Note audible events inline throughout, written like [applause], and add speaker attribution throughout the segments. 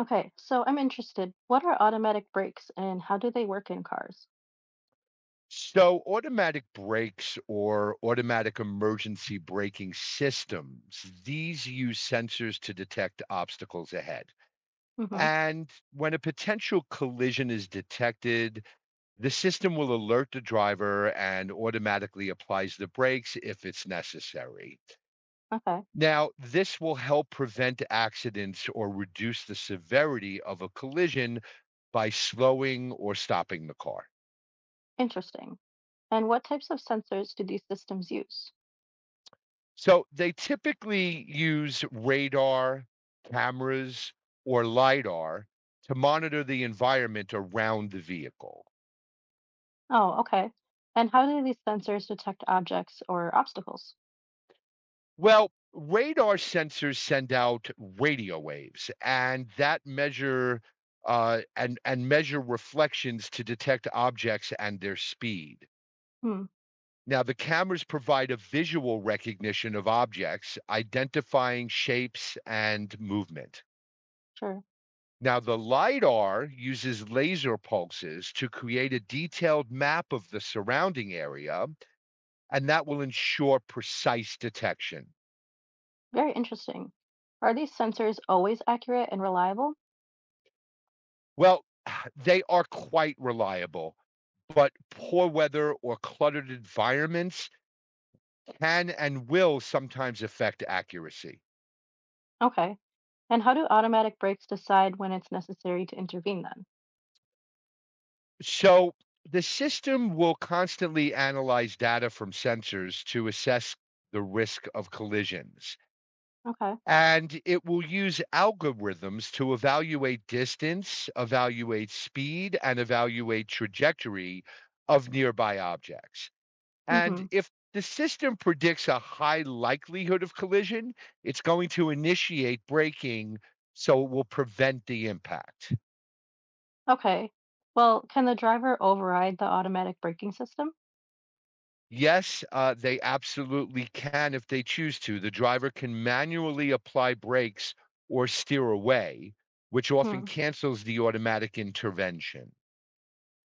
Speaker 1: Okay, so I'm interested. What are automatic brakes and how do they work in cars?
Speaker 2: So, automatic brakes or automatic emergency braking systems, these use sensors to detect obstacles ahead.
Speaker 1: Mm-hmm.
Speaker 2: And when a potential collision is detected, the system will alert the driver and automatically applies the brakes if it's necessary.
Speaker 1: Okay,
Speaker 2: Now, this will help prevent accidents or reduce the severity of a collision by slowing or stopping the car.
Speaker 1: interesting. And what types of sensors do these systems use?
Speaker 2: So they typically use radar, cameras, or LiDAR to monitor the environment around the vehicle.
Speaker 1: Oh, okay. And how do these sensors detect objects or obstacles?
Speaker 2: Well, radar sensors send out radio waves, and that measure and measure reflections to detect objects and their speed.
Speaker 1: Hmm,
Speaker 2: Now, the cameras provide a visual recognition of objects, identifying shapes and movement.
Speaker 1: sure.
Speaker 2: Now, the LIDAR uses laser pulses to create a detailed map of the surrounding area, and that will ensure precise detection.
Speaker 1: Very interesting. Are these sensors always accurate and reliable?
Speaker 2: Well, [sighs] they are quite reliable, but poor weather or cluttered environments can and will sometimes affect accuracy.
Speaker 1: Okay. And how do automatic brakes decide when it's necessary to intervene then?
Speaker 2: So, the system will constantly analyze data from sensors to assess the risk of collisions.
Speaker 1: Okay.
Speaker 2: And it will use algorithms to evaluate distance, evaluate speed, and evaluate trajectory of nearby objects. And
Speaker 1: Mm-hmm.
Speaker 2: if the system predicts a high likelihood of collision, it's going to initiate braking so it will prevent the impact.
Speaker 1: Okay. Well, can the driver override the automatic braking system?
Speaker 2: Yes, they absolutely can if they choose to. The driver can manually apply brakes or steer away, which often
Speaker 1: Hmm.
Speaker 2: cancels the automatic intervention.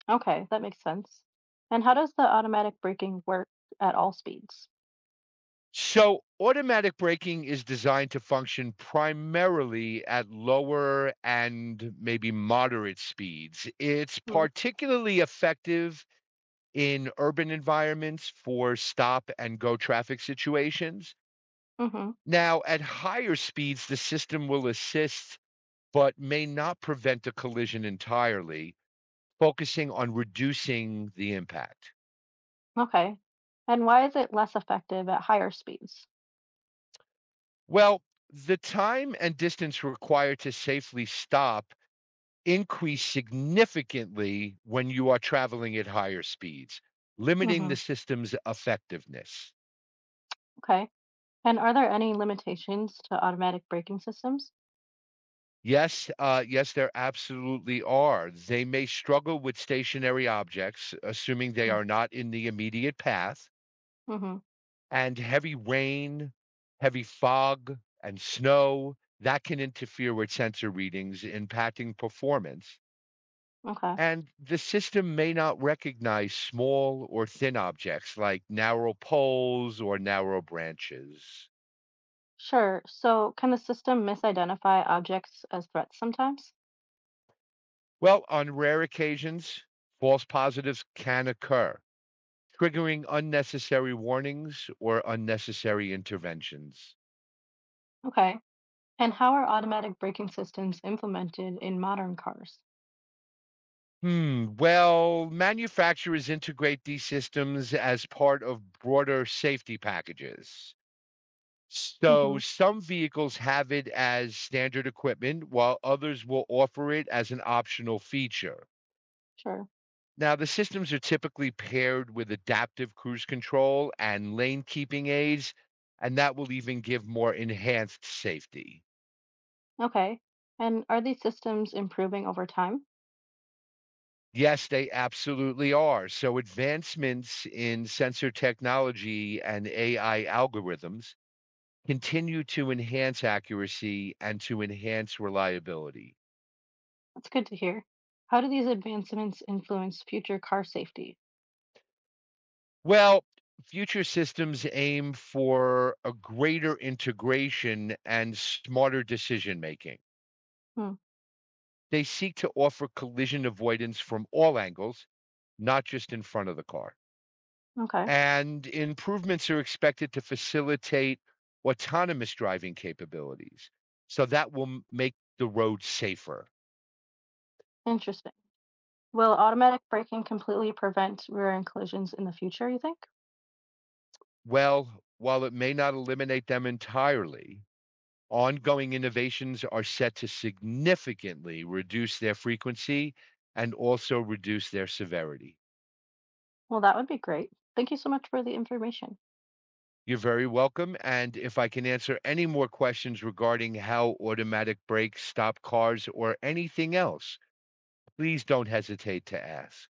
Speaker 1: Okay, that makes sense. And how does the automatic braking work at all speeds?
Speaker 2: So automatic braking is designed to function primarily at lower and maybe moderate speeds. It's particularly effective in urban environments for stop and go traffic situations.
Speaker 1: Mm-hmm.
Speaker 2: Now, at higher speeds, the system will assist but may not prevent a collision entirely, focusing on reducing the impact.
Speaker 1: Okay. And why is it less effective at higher speeds?
Speaker 2: Well, the time and distance required to safely stop increase significantly when you are traveling at higher speeds, limiting
Speaker 1: Mm-hmm.
Speaker 2: the system's effectiveness.
Speaker 1: Okay. And are there any limitations to automatic braking systems?
Speaker 2: Yes, there absolutely are. They may struggle with stationary objects, assuming they are not in the immediate path,
Speaker 1: Mm-hmm.
Speaker 2: and heavy rain, heavy fog, and snow that can interfere with sensor readings, impacting performance.
Speaker 1: Okay.
Speaker 2: And the system may not recognize small or thin objects like narrow poles or narrow branches.
Speaker 1: Sure. So can the system misidentify objects as threats sometimes?
Speaker 2: Well, on rare occasions, false positives can occur, triggering unnecessary warnings or unnecessary interventions.
Speaker 1: Okay. And how are automatic braking systems implemented in modern cars?
Speaker 2: Well, manufacturers integrate these systems as part of broader safety packages.
Speaker 1: Mm-hmm.
Speaker 2: So some vehicles have it as standard equipment, while others will offer it as an optional feature.
Speaker 1: Sure.
Speaker 2: Now, the systems are typically paired with adaptive cruise control and lane keeping aids, and that will even give more enhanced safety.
Speaker 1: Okay. And are these systems improving over time?
Speaker 2: Yes, they absolutely are. So, advancements in sensor technology and AI algorithms continue to enhance accuracy and to enhance reliability.
Speaker 1: That's good to hear. How do these advancements influence future car safety?
Speaker 2: Well, future systems aim for a greater integration and smarter decision making.
Speaker 1: Hmm.
Speaker 2: They seek to offer collision avoidance from all angles, not just in front of the car.
Speaker 1: Okay.
Speaker 2: And improvements are expected to facilitate autonomous driving capabilities. So that will make the road safer.
Speaker 1: Interesting. Will automatic braking completely prevent rear end collisions in the future, you think?
Speaker 2: Well, while it may not eliminate them entirely, ongoing innovations are set to significantly reduce their frequency and also reduce their severity.
Speaker 1: Well, that would be great. Thank you so much for the information.
Speaker 2: You're very welcome, and if I can answer any more questions regarding how automatic brakes stop cars or anything else, please don't hesitate to ask.